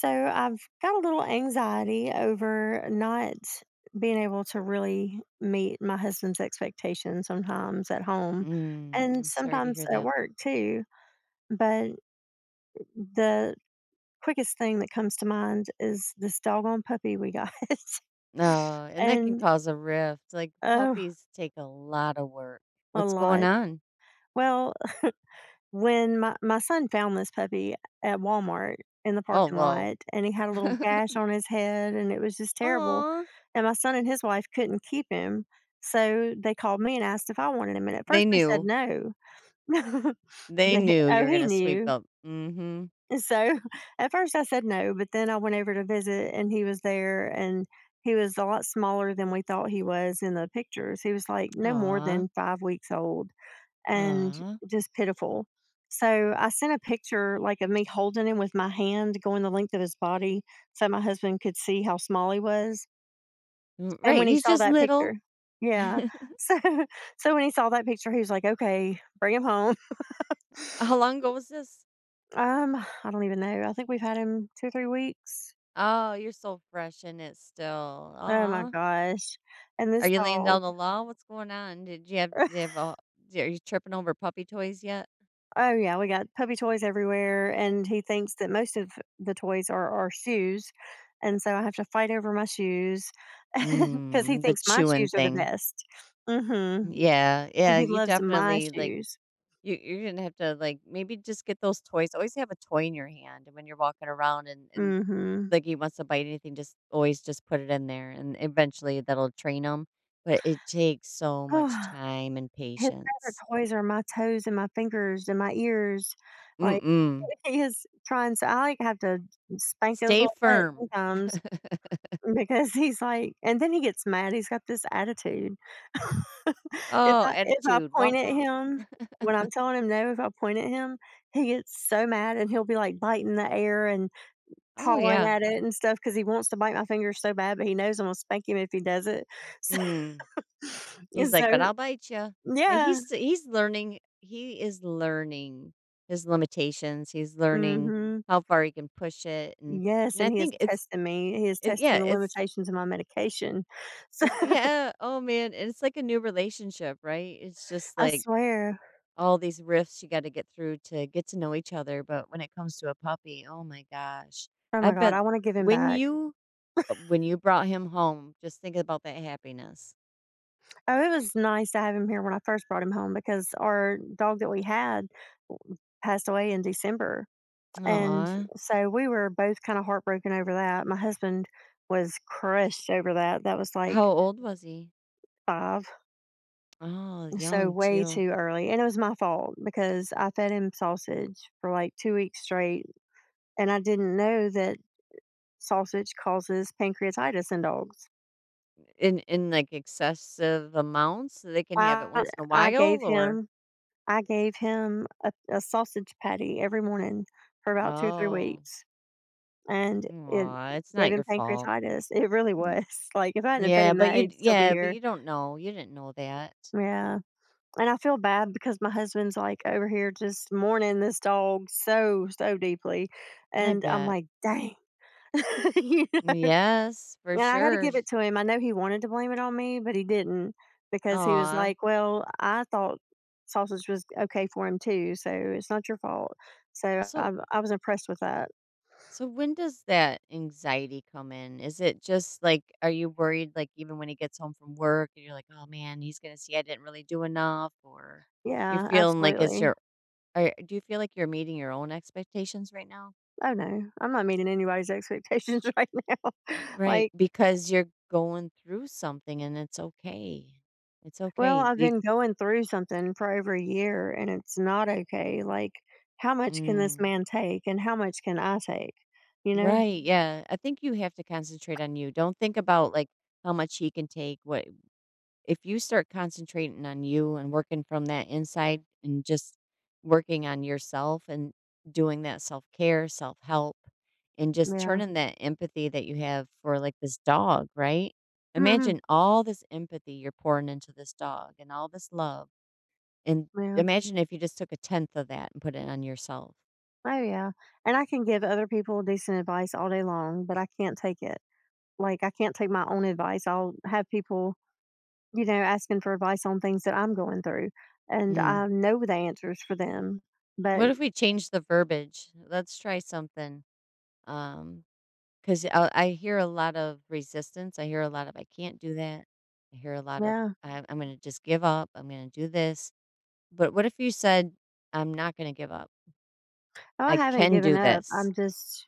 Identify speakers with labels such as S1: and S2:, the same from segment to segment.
S1: So I've got a little anxiety over not being able to really meet my husband's expectations sometimes at home
S2: Mm,
S1: and
S2: I'm sorry to
S1: sometimes
S2: hear
S1: at
S2: that.
S1: work too. But the quickest thing that comes to mind is this doggone puppy we got.
S2: No, and that can
S1: And
S2: cause a rift. Like
S1: oh,
S2: puppies take a lot of work.
S1: a
S2: What's going
S1: lot.
S2: on?
S1: Well, when my son found this puppy at Walmart in the
S2: Oh
S1: parking
S2: well.
S1: lot, and he had a little gash on his head, and it was just terrible,
S2: Aw.
S1: and my son and his wife couldn't keep him, so they called me and asked if I wanted him, and at
S2: They
S1: first we said
S2: knew.
S1: no.
S2: They
S1: They
S2: knew you
S1: oh,
S2: were
S1: he
S2: gonna sweep
S1: knew.
S2: up. Mm-hmm.
S1: And so, at first I said no, but then I went over to visit, and he was there, and he was a lot smaller than we thought he was in the pictures. He was, like, no more
S2: Aw.
S1: than 5 weeks old and
S2: Aw.
S1: just pitiful. So I sent a picture like of me holding him with my hand going the length of his body so my husband could see how small he was.
S2: R-
S1: And when
S2: Right.
S1: he
S2: He's
S1: saw
S2: just
S1: that
S2: little.
S1: picture, yeah. So so when he saw that picture, he was like, "Okay, bring him home."
S2: How long ago was this?
S1: Um, I don't even know. I think we've had him 2 or 3 weeks.
S2: Oh, you're so fresh in it still.
S1: Oh my
S2: Aw.
S1: gosh. And
S2: Are
S1: this
S2: you laying
S1: dog
S2: down the law? What's going on? Did you have a, Are you tripping over puppy toys yet?
S1: oh, yeah, we got puppy toys everywhere, and he thinks that most of the toys are shoes, and so I have to fight over my shoes because he
S2: Mm, the
S1: thinks my
S2: chewing
S1: shoes are the
S2: thing.
S1: best. Mhm,
S2: Yeah,
S1: and
S2: yeah,
S1: he
S2: you
S1: loves my
S2: definitely, like,
S1: shoes.
S2: you're gonna have to, like, maybe just get those toys, always have a toy in your hand and when you're walking around and
S1: Mhm.
S2: like, he wants to bite anything, just always just put it in there, and eventually that'll train him, but it takes so much time and
S1: His favorite
S2: patience.
S1: toys are my toes and my fingers and my ears, like,
S2: Mm-mm.
S1: he is trying so I, like, have to spank his
S2: Stay
S1: little butt
S2: firm.
S1: sometimes. Because he's like and then he gets mad, he's got this attitude. If
S2: Oh,
S1: I if I
S2: attitude,
S1: point
S2: walk
S1: at
S2: off.
S1: him when I'm telling him no, if I point at him, he gets so mad and he'll be, like, biting the air and
S2: Oh,
S1: pawing
S2: yeah.
S1: at it and stuff because he wants to bite my finger so bad, but he knows I'm gonna spank him if he does it.
S2: Mm.
S1: So
S2: He's like, "But
S1: so
S2: I'll bite you. Yeah,
S1: yeah.
S2: he is learning his limitations, he's learning
S1: Mhm.
S2: how far he can push it, and
S1: Yes,
S2: and
S1: and
S2: I
S1: he is
S2: think it's
S1: testing me. He is
S2: it yeah,
S1: testing the limitations of my medication. So
S2: it's yeah, oh, man, and it's like a new relationship, right? It's just
S1: I
S2: like
S1: swear.
S2: all these rifts you gotta get through to get to know each other, but when it comes to a puppy, oh my gosh.
S1: Oh
S2: I
S1: my god,
S2: bet
S1: I wanna give him
S2: when
S1: back.
S2: you when you brought him home, just think about that happiness.
S1: Oh, it was nice to have him here when I first brought him home because our dog that we had w- passed away in December. And
S2: Aw.
S1: so we were both kind of heartbroken over that. My husband was crushed over that. That was like
S2: How old was he?
S1: five,
S2: Oh,
S1: so
S2: young
S1: way
S2: too.
S1: too early. And it was my fault because I fed him sausage for like 2 weeks straight. And I didn't know that sausage causes pancreatitis in dogs.
S2: In like excessive amounts, so they can have it
S1: I,
S2: once in a
S1: I gave
S2: while or
S1: him I gave him a sausage patty every morning for about two or three
S2: oh,
S1: weeks, and it
S2: aw, it's
S1: gave
S2: not
S1: him
S2: your fault.
S1: pancreatitis. It really
S2: Mm,
S1: was like if I hadn't fed him that, he'd still be
S2: But
S1: here.
S2: you don't know. You didn't know that.
S1: Yeah, and I feel bad because my husband's like over here just mourning this dog so so deeply,
S2: I
S1: and I'm
S2: bet.
S1: like, dang.
S2: Yes, for
S1: And I gotta
S2: sure.
S1: give it to him. I know he wanted to blame it on me, but he didn't because he was
S2: Aw.
S1: like, "Well, I thought sausage was okay for him too, so it's not your fault." So I
S2: So
S1: I was impressed with that.
S2: so when does that anxiety come in? Is it just like are you worried like even when he gets home from work and you're like, "Oh man, he's going to see I didn't really do enough," or you're
S1: Yeah,
S2: feeling like it's
S1: absolutely.
S2: your. Or do you feel like you're meeting your own expectations right now?
S1: Oh, no. I'm not meeting anybody's expectations right now.
S2: Right,
S1: Like,
S2: because you're going through something and it's okay. It's
S1: "Well,
S2: okay.
S1: I've been going through something for over a year, and it's not okay. Like, how much can this
S2: Mm,
S1: man take, and how much can I take?" You know?
S2: right, yeah, I think you have to concentrate on you. Don't think about like how much he can take, what if you start concentrating on you and working from that inside and just working on yourself and doing that self care, self help, and just
S1: Yeah.
S2: turning that empathy that you have for like this dog, right? Imagine all this empathy you're pouring into this dog and all this love. And
S1: Yeah.
S2: imagine if you just took a tenth of that and put it on yourself.
S1: Oh, yeah. And I can give other people decent advice all day long, but I can't take it. Like, I can't take my own advice. I'll have people, asking for advice on things that I'm going through, and
S2: Mm.
S1: I know the answers for them. But
S2: What if we change the verbiage? Let's try something. Um, 'Cause I hear a lot of resistance, I hear a lot of, "I can't do that." I hear a lot of,
S1: yeah,
S2: "I'm gonna just give up, I'm gonna do this." But what if you said, "I'm not gonna give up.
S1: no, I
S2: I
S1: haven't
S2: can
S1: given
S2: do
S1: up.
S2: this.
S1: I'm just,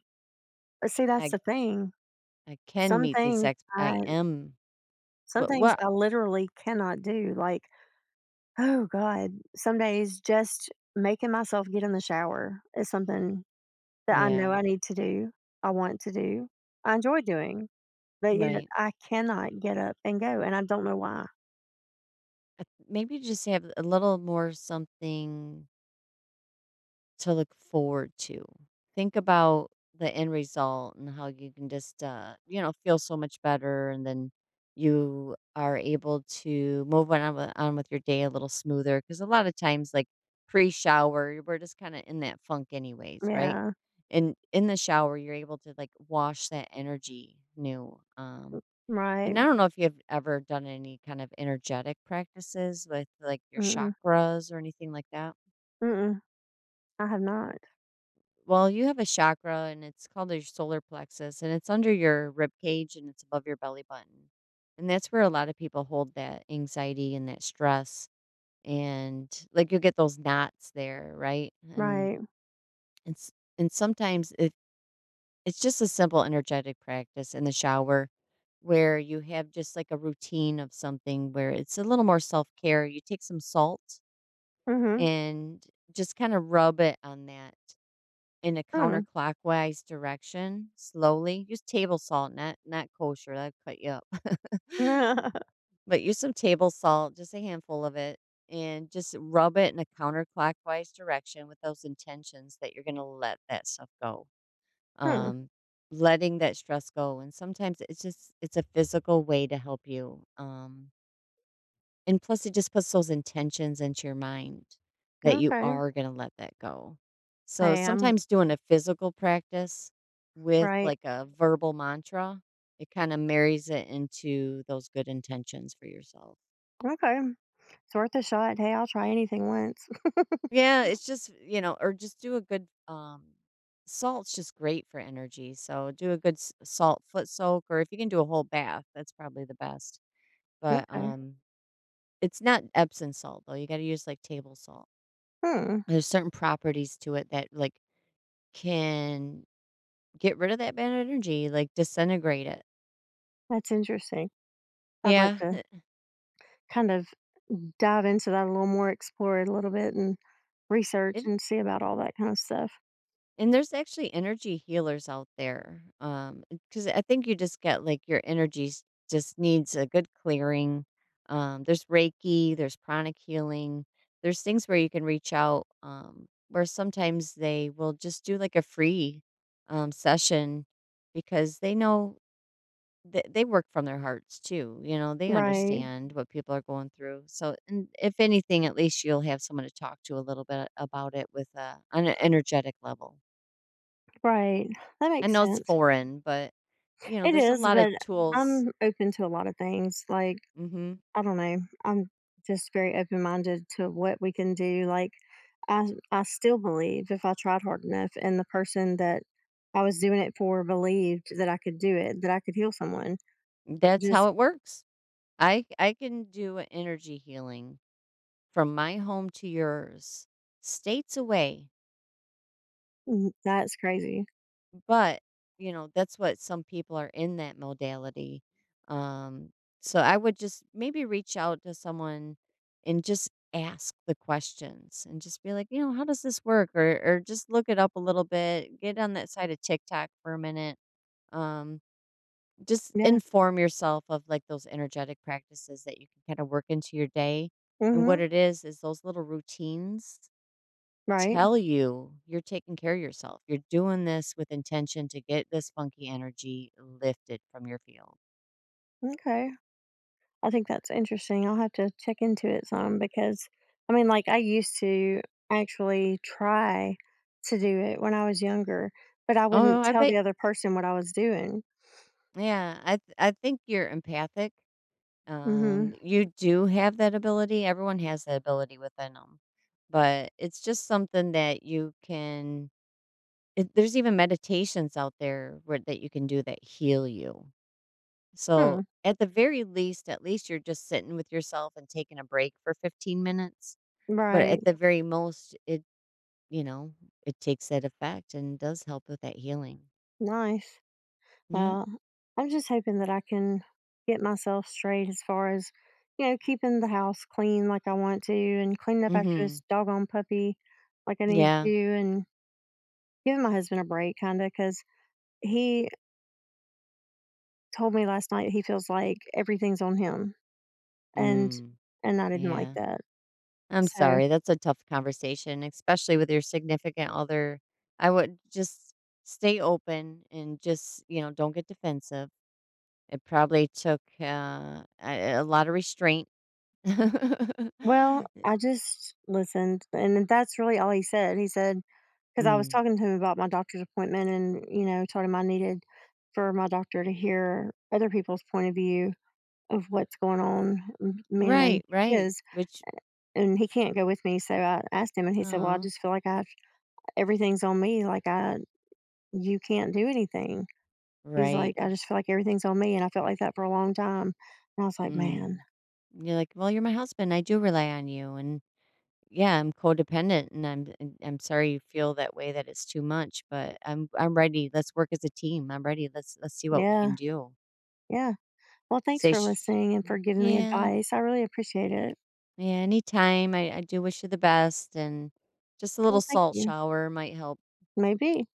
S1: see, that's
S2: I
S1: the thing.
S2: I can
S1: Some
S2: meet these
S1: things
S2: ex
S1: I,
S2: I am"
S1: some
S2: what
S1: things
S2: what
S1: I literally cannot do. Like, oh God, some days just making myself get in the shower is something that I know
S2: Yeah,
S1: I need to do, I want to do, I enjoy doing, but yet
S2: right.
S1: I cannot get up and go, and I don't know why.
S2: Maybe just have a little more something to look forward to. Think about the end result and how you can just, you know, feel so much better. And then you are able to move on with your day a little smoother. Cause a lot of times, like pre shower, we're just kind of in that funk, anyways, right?
S1: Yeah,
S2: And in the shower, you're able to like wash that energy new.
S1: right.
S2: And I don't know if you've ever done any kind of energetic practices with like your
S1: Mm-mm,
S2: chakras or anything like that.
S1: mm-mm, I have not.
S2: Well, you have a chakra and it's called your solar plexus and it's under your rib cage and it's above your belly button. And that's where a lot of people hold that anxiety and that stress and like you'll get those knots there, right? And
S1: Right.
S2: it's and sometimes it it's just a simple energetic practice in the shower where you have just like a routine of something where it's a little more self-care. You take some salt
S1: Mhm,
S2: and just kind of rub it on that in a
S1: mm.
S2: counterclockwise direction slowly. Use table salt, not kosher, that'd cut you up. But use some table salt, just a handful of it, and just rub it in a counterclockwise direction with those intentions that you're gonna let that stuff go.
S1: Hmm,
S2: Um, Letting that stress go, and sometimes it's just it's a physical way to help you, and plus, it just puts those intentions into your mind that you
S1: okay.
S2: are going to let that go. So
S1: Hey, I'm
S2: sometimes doing a physical practice with
S1: right.
S2: like a verbal mantra, it kind of marries it into those good intentions for yourself.
S1: Okay, it's worth a shot. Hey, I'll try anything once.
S2: Yeah, it's just, you know, or just do a good salt's just great for energy. So do a good s- salt foot soak or if you can do a whole bath, that's probably the best. But
S1: Okay.
S2: um it's not Epsom salt though. You got to use like table salt.
S1: Hmm,
S2: There's certain properties to it that, like, can get rid of that bad energy, like, disintegrate it.
S1: that's interesting. I'd like
S2: Yeah,
S1: to
S2: it
S1: kind of dive into that a little more, explore it a little bit and research
S2: it
S1: and see about all that kind of stuff.
S2: and there's actually energy healers out there, because I think you just get, like, your energies just needs a good clearing. There's Reiki, there's pranic healing. There's things where you can reach out, where sometimes they will just do, like, a free, session because they know Th they work from their hearts too, you know, they
S1: Right,
S2: understand what people are going through, so and if anything, at least you'll have someone to talk to a little bit about it with a on an energetic level.
S1: right. That
S2: I
S1: makes
S2: know it's
S1: sense.
S2: foreign, but, you know,
S1: It
S2: there's a
S1: is,
S2: lot of
S1: but
S2: tools.
S1: I'm open to a lot of things. Like,
S2: Mhm.
S1: I don't know. I'm just very open minded to what we can do. Like, I still believe if I tried hard enough and the person that I was doing it for believed that I could do it, that I could heal someone.
S2: That's
S1: Just
S2: how it works. I can do energy healing from my home to yours, states away.
S1: mm, that's crazy.
S2: But, you know, that's what some people are in that modality. Um, so I would just maybe reach out to someone and just ask the questions and just be like, you know, how does this work? Or just look it up a little bit, get on that side of TikTok for a minute. Um, just
S1: Yeah.
S2: inform yourself of like those energetic practices that you can kind of work into your day. And
S1: Mm-hmm.
S2: what it is those little routines
S1: Right.
S2: tell you you're taking care of yourself. You're doing this with intention to get this funky energy lifted from your field.
S1: Okay. I think that's interesting. I'll have to check into it some because I mean, like, I used to actually try to do it when I was younger, but I
S2: Oh,
S1: wouldn't
S2: I
S1: tell
S2: bet.
S1: the other person what I was doing.
S2: Yeah, I think you're empathic.
S1: Mm-hmm.
S2: You do have that ability. Everyone has that ability within them, but it's just something that you can. It, there's even meditations out there where, that you can do that heal you. So
S1: Hmm.
S2: at the very least, at least you're just sitting with yourself and taking a break for 15 minutes. But
S1: Right.
S2: at the very most, you know, it takes that effect and does help with that healing.
S1: Nice.
S2: Yep.
S1: Well, I'm just hoping that I can get myself straight as far as, you know, keeping the house clean like I want to and cleaning up after this
S2: Mhm.
S1: doggone puppy like I need to
S2: Yeah.
S1: and giving my husband a break, kind of, because he told me last night he feels like everything's on him, and
S2: Mm.
S1: I didn't like
S2: Yeah.
S1: that.
S2: I'm
S1: So,
S2: sorry, that's a tough conversation, especially with your significant other. I would just stay open and just, you know, don't get defensive. It probably took a lot of restraint.
S1: well, I just listened, and that's really all he said. He said because I was
S2: mm.
S1: talking to him about my doctor's appointment, and you know, told him I needed for my doctor to hear other people's point of view of what's going on, m- mainly
S2: Right, right.
S1: his.
S2: Which,
S1: And he can't go with me, so I asked him, and he said, "Well, I
S2: oh,
S1: just feel like I everything's on me. Like I, you can't do anything." He's like,
S2: right.
S1: "I just feel like everything's on me," and I felt like that for a long time, and I was like, "Man,
S2: Mm. You're like, "Well, you're my husband, I do rely on you, and yeah, I'm codependent, and I'm sorry you feel that way that it's too much, but I'm ready, let's work as a team, I'm ready, let's see what we
S1: yeah,
S2: can do."
S1: yeah." Well, thanks
S2: Say
S1: for
S2: sh
S1: listening and for giving me
S2: Yeah,
S1: advice. I really appreciate it.
S2: yeah, anytime, I do wish you the best, and just a little
S1: Well, thank
S2: salt
S1: you.
S2: shower might help.
S1: Maybe.